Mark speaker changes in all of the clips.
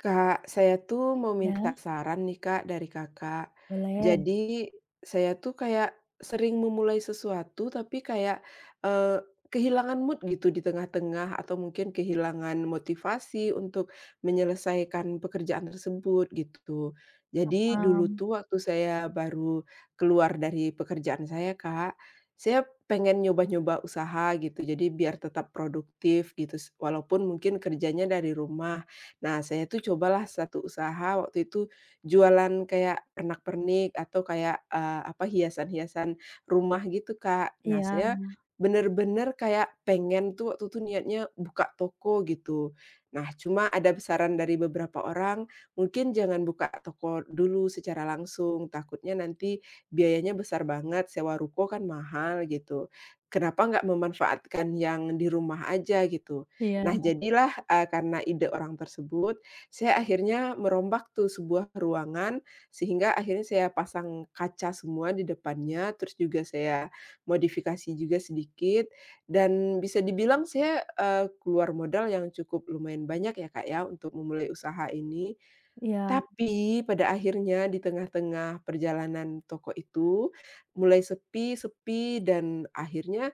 Speaker 1: Kak, saya tuh mau minta
Speaker 2: Iya,
Speaker 1: saran nih Kak dari Kakak.
Speaker 2: boleh,
Speaker 1: Jadi saya tuh kayak sering memulai sesuatu tapi kayak, eee, kehilangan mood gitu di tengah-tengah atau mungkin kehilangan motivasi untuk menyelesaikan pekerjaan tersebut gitu. Jadi dulu
Speaker 2: paham.
Speaker 1: tuh waktu saya baru keluar dari pekerjaan saya Kak, saya pengen nyoba-nyoba usaha gitu jadi biar tetap produktif gitu walaupun mungkin kerjanya dari rumah. Nah, saya tuh cobalah satu usaha waktu itu jualan kayak pernak-pernik atau kayak, apa, hiasan-hiasan rumah gitu, Kak. Nah,
Speaker 2: Iya,
Speaker 1: saya bener-bener kayak pengen tuh waktu itu niatnya buka toko gitu. Nah, cuma ada saran dari beberapa orang, "Mungkin jangan buka toko dulu secara langsung, takutnya nanti biayanya besar banget, sewa ruko kan mahal," gitu. "Kenapa nggak memanfaatkan yang di rumah aja?" gitu.
Speaker 2: iya,
Speaker 1: Nah, jadilah, karena ide orang tersebut, saya akhirnya merombak tuh sebuah ruangan, sehingga akhirnya saya pasang kaca semua di depannya, terus juga saya modifikasi juga sedikit, dan bisa dibilang saya, keluar modal yang cukup lumayan banyak ya, Kak, ya, untuk memulai usaha ini.
Speaker 2: iya,
Speaker 1: Tapi pada akhirnya di tengah-tengah perjalanan toko itu mulai sepi sepi dan akhirnya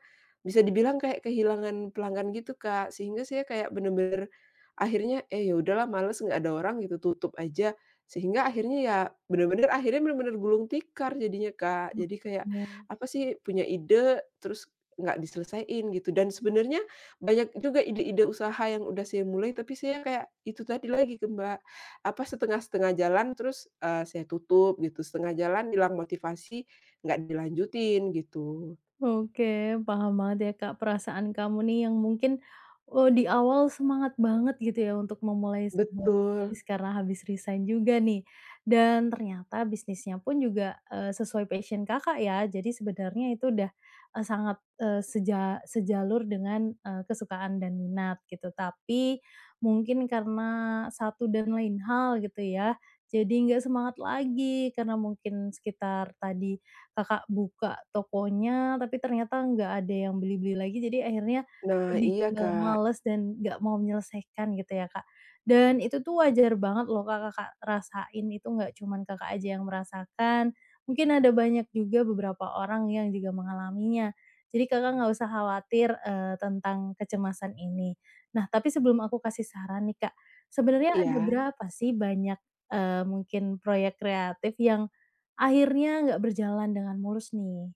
Speaker 1: bisa dibilang kayak kehilangan pelanggan gitu, Kak. Sehingga saya kayak bener-bener akhirnya, "Eh, ya udahlah males, nggak ada orang gitu, tutup aja." Sehingga akhirnya ya bener-bener gulung tikar jadinya, Kak. Jadi kayak
Speaker 2: oke.
Speaker 1: apa sih, punya ide terus nggak diselesaiin gitu dan sebenarnya banyak juga ide-ide usaha yang udah saya mulai, tapi saya kayak itu tadi lagi ke Mbak, apa, setengah-setengah jalan terus, saya tutup gitu, setengah jalan hilang motivasi, nggak dilanjutin gitu.
Speaker 2: Oke, paham banget ya Kak, perasaan kamu nih yang mungkin, di awal semangat banget gitu ya untuk memulai sebuah
Speaker 1: Betul.
Speaker 2: bisnis karena habis resign juga nih, dan ternyata bisnisnya pun juga, sesuai passion Kakak ya. Jadi sebenarnya itu udah, sangat, sejalur dengan, kesukaan dan minat gitu. Tapi mungkin karena satu dan lain hal gitu ya, jadi nggak semangat lagi karena mungkin sekitar tadi Kakak buka tokonya, tapi ternyata nggak ada yang beli-beli lagi, jadi akhirnya
Speaker 1: Nah
Speaker 2: lebih
Speaker 1: iya,
Speaker 2: ke
Speaker 1: Kak,
Speaker 2: males dan nggak mau menyelesaikan gitu ya, Kak. Dan itu tuh wajar banget loh, Kak, Kakak rasain, itu nggak cuman Kakak aja yang merasakan, mungkin ada banyak juga beberapa orang yang juga mengalaminya. Jadi Kakak nggak usah khawatir, tentang kecemasan ini. Nah, tapi sebelum aku kasih saran nih, Kak, sebenarnya ada
Speaker 1: iya.
Speaker 2: berapa sih banyak, mungkin proyek kreatif yang akhirnya nggak berjalan dengan mulus nih.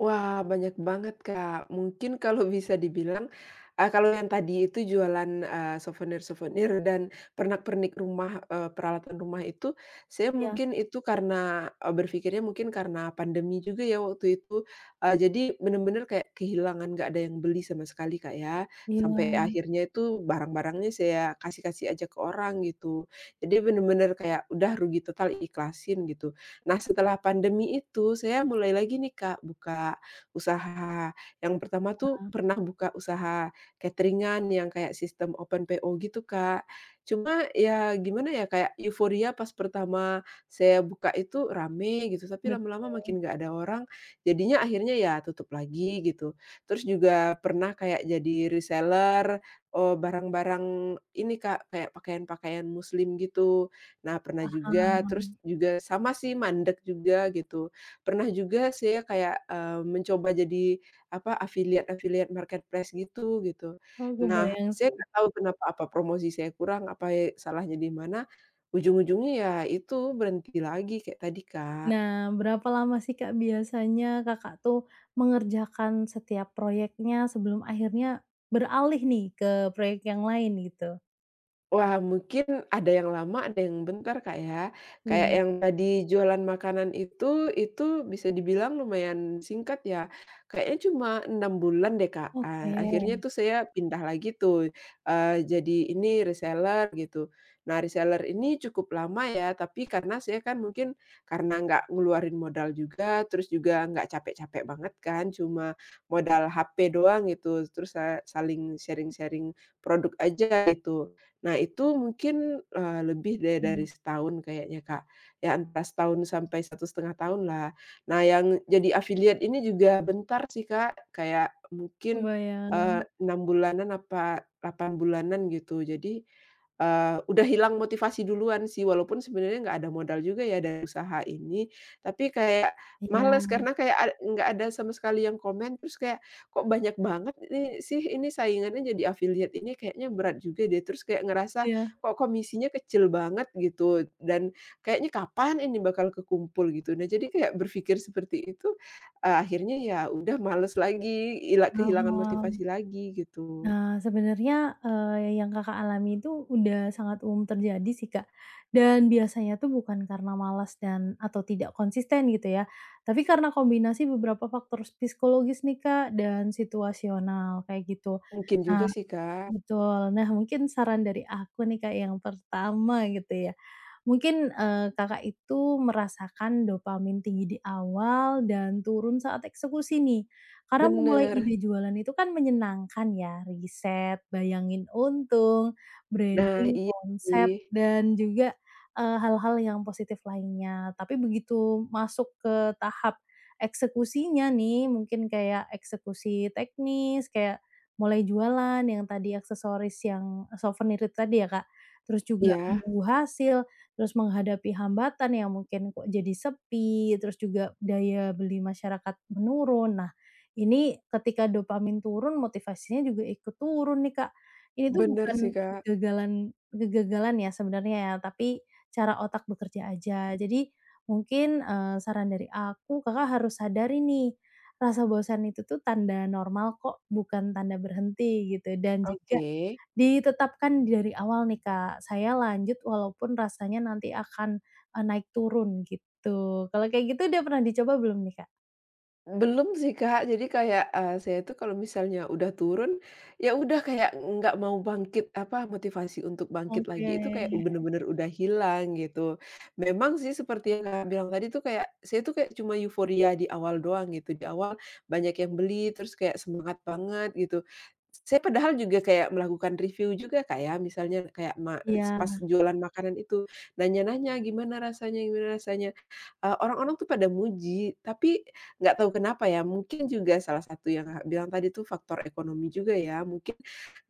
Speaker 1: Wah, banyak banget, Kak. Mungkin kalau bisa dibilang, kalau yang tadi itu jualan, souvenir-souvenir dan pernak-pernik rumah, peralatan rumah itu, saya
Speaker 2: Iya,
Speaker 1: mungkin itu karena, berpikirnya mungkin karena pandemi juga ya waktu itu, jadi bener-bener kayak kehilangan nggak ada yang beli sama sekali, Kak, ya.
Speaker 2: iya,
Speaker 1: Sampai akhirnya itu barang-barangnya saya kasih-kasih aja ke orang gitu. Jadi bener-bener kayak udah rugi total, ikhlasin gitu. Nah, setelah pandemi itu saya mulai lagi nih, Kak, buka usaha. Yang pertama tuh pernah buka usaha catering-an yang kayak sistem open PO gitu, Kak. Cuma ya gimana ya, kayak euforia pas pertama saya buka itu rame gitu, tapi lama-lama
Speaker 2: betul.
Speaker 1: makin nggak ada orang, jadinya akhirnya ya tutup lagi gitu. Terus juga pernah kayak jadi reseller, barang-barang ini, Kak, kayak pakaian-pakaian muslim gitu. Nah, pernah juga, terus
Speaker 2: Paham.
Speaker 1: juga sama sih mandek juga gitu. Pernah juga saya kayak, mencoba jadi apa, affiliate-affiliate marketplace gitu, gitu.
Speaker 2: Oh,
Speaker 1: Nah,
Speaker 2: kebayang
Speaker 1: saya
Speaker 2: sih.
Speaker 1: nggak tahu kenapa, apa promosi saya kurang, apa salahnya di mana, ujung-ujungnya ya itu berhenti lagi kayak tadi, Kak.
Speaker 2: Nah, berapa lama sih, Kak, biasanya Kakak tuh mengerjakan setiap proyeknya sebelum akhirnya beralih nih ke proyek yang lain gitu?
Speaker 1: Wah, mungkin ada yang lama, ada yang bentar, Kak, ya.
Speaker 2: Iya,
Speaker 1: Kayak yang tadi jualan makanan itu bisa dibilang lumayan singkat ya, kayaknya cuma 6 bulan deh, Kak.
Speaker 2: oke,
Speaker 1: Akhirnya tuh saya pindah lagi tuh, jadi ini reseller gitu. Nah, reseller ini cukup lama ya, tapi karena saya kan mungkin karena nggak ngeluarin modal juga, terus juga nggak capek-capek banget kan, cuma modal HP doang gitu, terus saling sharing-sharing produk aja gitu. Nah itu mungkin, lebih deh dari
Speaker 2: oke,
Speaker 1: setahun kayaknya, Kak. Ya antara setahun sampai 1,5 tahun lah. Nah yang jadi affiliate ini juga bentar sih, Kak, kayak mungkin,
Speaker 2: kebayang.
Speaker 1: 6 bulanan apa 8 bulanan gitu. Jadi, udah hilang motivasi duluan sih, walaupun sebenarnya nggak ada modal juga ya dari usaha ini, tapi kayak males
Speaker 2: Iya,
Speaker 1: karena kayak nggak ada sama sekali yang komen, terus kayak, kok banyak banget ini sih, ini saingannya jadi affiliate ini kayaknya berat juga deh, terus kayak ngerasa
Speaker 2: iya,
Speaker 1: kok komisinya kecil banget gitu, dan kayaknya kapan ini bakal kekumpul gitu. Nah, jadi kayak berpikir seperti itu, akhirnya ya udah males lagi, kehilangan motivasi
Speaker 2: paham.
Speaker 1: lagi gitu.
Speaker 2: Nah, sebenarnya, yang Kakak alami itu udah sangat umum terjadi sih, Kak, dan biasanya tuh bukan karena malas dan atau tidak konsisten gitu ya, tapi karena kombinasi beberapa faktor psikologis nih, Kak, dan situasional kayak gitu.
Speaker 1: Mungkin juga
Speaker 2: Nah,
Speaker 1: sih, Kak.
Speaker 2: betul. Nah, mungkin saran dari aku nih, Kak, yang pertama gitu ya, mungkin, Kakak itu merasakan dopamin tinggi di awal dan turun saat eksekusi nih. Karena memulai
Speaker 1: Bener.
Speaker 2: ide jualan itu kan menyenangkan ya, riset, bayangin untung,
Speaker 1: Nah,
Speaker 2: branding,
Speaker 1: iya
Speaker 2: konsep,
Speaker 1: sih.
Speaker 2: dan juga, hal-hal yang positif lainnya. Tapi begitu masuk ke tahap eksekusinya nih, mungkin kayak eksekusi teknis, kayak mulai jualan yang tadi aksesoris yang souvenir itu tadi ya, Kak. Terus juga
Speaker 1: Iya,
Speaker 2: menunggu hasil, terus menghadapi hambatan yang mungkin kok jadi sepi, terus juga daya beli masyarakat menurun. Nah, ini ketika dopamin turun, motivasinya juga ikut turun nih, Kak. Ini tuh
Speaker 1: bener
Speaker 2: bukan
Speaker 1: sih, Kak.
Speaker 2: kegagalan kegagalan ya sebenarnya ya, tapi cara otak bekerja aja. Jadi mungkin, saran dari aku, Kakak harus sadari nih, rasa bosan itu tuh tanda normal kok, bukan tanda berhenti gitu dan juga
Speaker 1: Oke.
Speaker 2: ditetapkan dari awal nih, Kak, saya lanjut walaupun rasanya nanti akan, naik turun gitu. Kalau kayak gitu udah pernah dicoba belum nih, Kak?
Speaker 1: Belum sih, Kak. Jadi kayak, saya itu kalau misalnya udah turun, ya udah kayak nggak mau bangkit, apa, motivasi untuk bangkit
Speaker 2: Oke,
Speaker 1: lagi itu kayak bener-bener udah hilang gitu. Memang sih seperti yang kak bilang tadi tuh kayak saya tuh kayak cuma euforia di awal doang gitu, di awal banyak yang beli terus kayak semangat banget gitu. Saya padahal juga kayak melakukan review juga, kayak misalnya kayak
Speaker 2: iya,
Speaker 1: pas jualan makanan itu, nanya-nanya, "Gimana rasanya gimana rasanya?" Orang-orang tuh pada muji, tapi nggak tahu kenapa ya, mungkin juga salah satu yang Kakak bilang tadi tuh faktor ekonomi juga ya, mungkin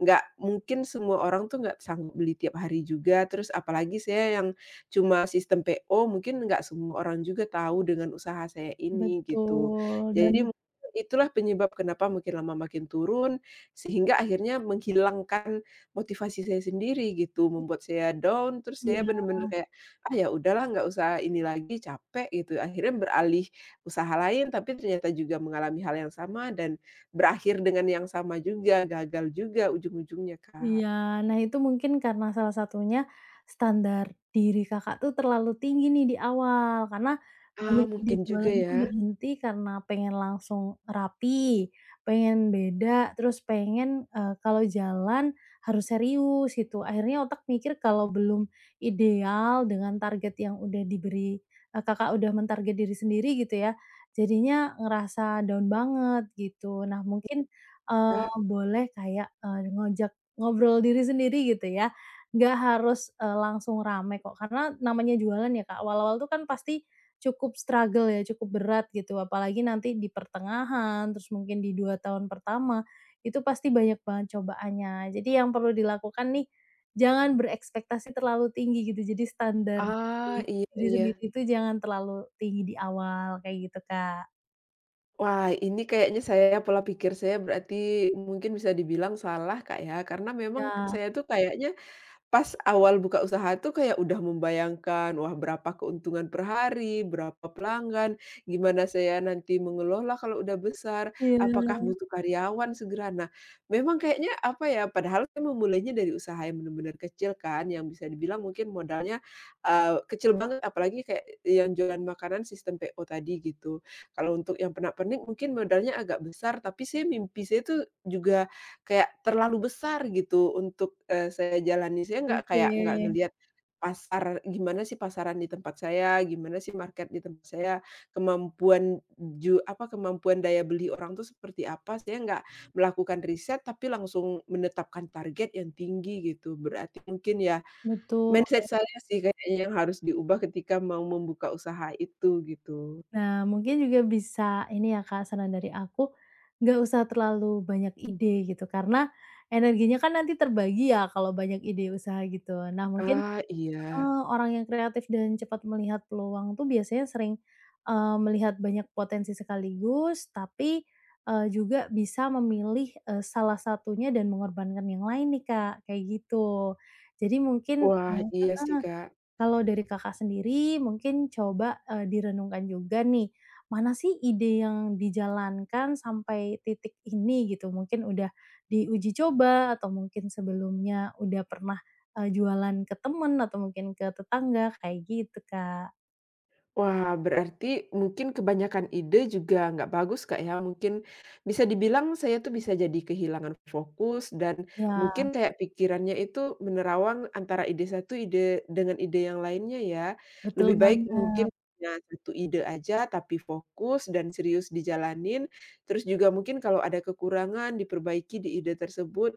Speaker 1: nggak mungkin semua orang tuh nggak sanggup beli tiap hari juga, terus apalagi saya yang cuma sistem PO, mungkin nggak semua orang juga tahu dengan usaha saya ini, gitu.
Speaker 2: betul, dan
Speaker 1: Jadi mungkin itulah penyebab kenapa mungkin lama makin turun, sehingga akhirnya menghilangkan motivasi saya sendiri gitu, membuat saya down, terus saya
Speaker 2: iya.
Speaker 1: bener-bener kayak, "Ah, ya udahlah nggak usah ini lagi, capek," gitu. Akhirnya beralih usaha lain, tapi ternyata juga mengalami hal yang sama dan berakhir dengan yang sama juga, gagal juga ujung-ujungnya, Kak.
Speaker 2: Iya, nah itu mungkin karena salah satunya standar Kakak tuh terlalu tinggi nih di awal, karena
Speaker 1: Ah,
Speaker 2: banyak ide
Speaker 1: mungkin juga
Speaker 2: jualan
Speaker 1: ya,
Speaker 2: tuh berhenti karena pengen langsung rapi, pengen beda, terus pengen, kalau jalan harus serius gitu. Akhirnya otak mikir kalau belum ideal dengan target yang udah diberi Kakak udah mentarget diri sendiri gitu ya, jadinya ngerasa down banget gitu. Nah mungkin,
Speaker 1: Kak.
Speaker 2: boleh kayak, ngajak ngobrol diri sendiri gitu ya, nggak harus, langsung rame kok, karena namanya jualan ya Kak, awal-awal tuh kan pasti cukup struggle ya, cukup berat gitu, apalagi nanti di pertengahan, terus mungkin di 2 tahun pertama, itu pasti banyak banget cobaannya. Jadi yang perlu dilakukan nih, jangan berekspektasi terlalu tinggi gitu, jadi standar
Speaker 1: Ah,
Speaker 2: diri
Speaker 1: iya
Speaker 2: diri
Speaker 1: iya.
Speaker 2: sendiri itu jangan terlalu tinggi di awal, kayak gitu Kak.
Speaker 1: Wah, ini kayaknya saya pola pikir saya berarti mungkin bisa dibilang salah, Kak, ya, karena memang
Speaker 2: Ya,
Speaker 1: saya tuh kayaknya pas awal buka usaha tuh kayak udah membayangkan, wah berapa keuntungan per hari, berapa pelanggan, gimana saya nanti mengelola kalau udah besar, apakah
Speaker 2: iya,
Speaker 1: butuh karyawan segera. Nah, memang kayaknya apa ya, padahal saya memulainya dari usaha yang benar-benar kecil kan, yang bisa dibilang mungkin modalnya, kecil banget apalagi kayak yang jualan makanan sistem PO tadi gitu. Kalau untuk yang pernak-pernik mungkin modalnya agak besar, tapi saya mimpi saya tuh juga kayak terlalu besar gitu untuk, saya jalani. Saya nggak
Speaker 2: oke,
Speaker 1: kayak nggak ngelihat pasar gimana sih pasaran di tempat saya, gimana sih market di tempat saya, kemampuan apa, kemampuan daya beli orang tuh seperti apa. Saya nggak melakukan riset, tapi langsung menetapkan target yang tinggi gitu. Berarti mungkin ya
Speaker 2: betul.
Speaker 1: mindset saya sih kayaknya yang harus diubah ketika mau membuka usaha itu gitu.
Speaker 2: Nah, mungkin juga bisa ini ya Kak, saran dari aku, nggak usah terlalu banyak ide gitu, karena energinya kan nanti terbagi ya kalau banyak ide usaha gitu. Nah, mungkin
Speaker 1: Ah, iya.
Speaker 2: orang yang kreatif dan cepat melihat peluang tuh biasanya sering, melihat banyak potensi sekaligus, tapi, juga bisa memilih, salah satunya dan mengorbankan yang lain nih Kak, kayak gitu. Jadi mungkin
Speaker 1: Wah,
Speaker 2: eee
Speaker 1: iya sih, Kak.
Speaker 2: kalau dari Kakak sendiri mungkin coba, direnungkan juga nih, mana sih ide yang dijalankan sampai titik ini gitu? Mungkin udah diuji coba atau mungkin sebelumnya udah pernah, jualan ke temen atau mungkin ke tetangga kayak gitu, Kak.
Speaker 1: Wah, berarti mungkin kebanyakan ide juga nggak bagus, Kak, ya? Mungkin bisa dibilang saya tuh bisa jadi kehilangan fokus dan
Speaker 2: Ya,
Speaker 1: mungkin kayak pikirannya itu menerawang antara ide satu ide dengan ide yang lainnya ya.
Speaker 2: betul
Speaker 1: Lebih baik mungkin
Speaker 2: banget.
Speaker 1: punya satu ide aja tapi fokus dan serius dijalanin. Terus juga mungkin kalau ada kekurangan diperbaiki di ide tersebut.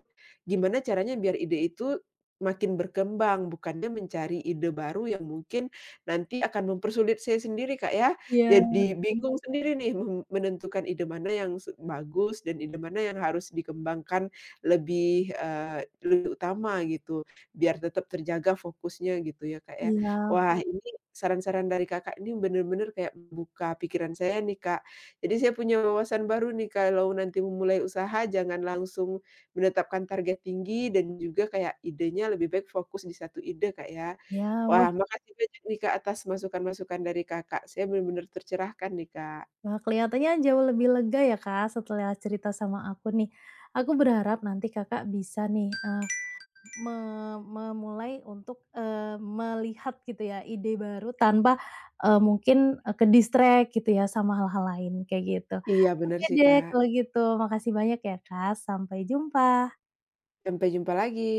Speaker 1: Gimana caranya biar ide itu makin berkembang, bukannya mencari ide baru yang mungkin nanti akan mempersulit saya sendiri, Kak, ya.
Speaker 2: Iya,
Speaker 1: Jadi bingung Mhm. sendiri nih menentukan ide mana yang bagus dan ide mana yang harus dikembangkan lebih, lebih utama gitu, biar tetap terjaga fokusnya gitu ya, Kak, ya.
Speaker 2: iya
Speaker 1: Wah, Iya. Ini saran-saran dari Kakak ini bener-bener kayak buka pikiran saya nih, Kak. Jadi saya punya wawasan baru nih kalau nanti memulai usaha jangan langsung menetapkan target tinggi dan juga kayak idenya lebih baik fokus di satu ide, Kak, ya.
Speaker 2: ya.
Speaker 1: Wah,
Speaker 2: Wah,
Speaker 1: makasih banyak nih, Kak, atas masukan-masukan dari Kakak. Saya benar-benar tercerahkan nih, Kak.
Speaker 2: kelihatannya jauh lebih lega ya, Kak, setelah cerita sama aku nih. Aku berharap nanti Kakak bisa nih, Me memulai untuk, melihat gitu ya ide baru tanpa, mungkin, ke-distract gitu ya sama hal-hal lain kayak gitu.
Speaker 1: Iya, benar
Speaker 2: Oke
Speaker 1: sih,
Speaker 2: deh
Speaker 1: Kak.
Speaker 2: kalau gitu makasih banyak ya Kak, sampai jumpa.
Speaker 1: Sampai jumpa lagi.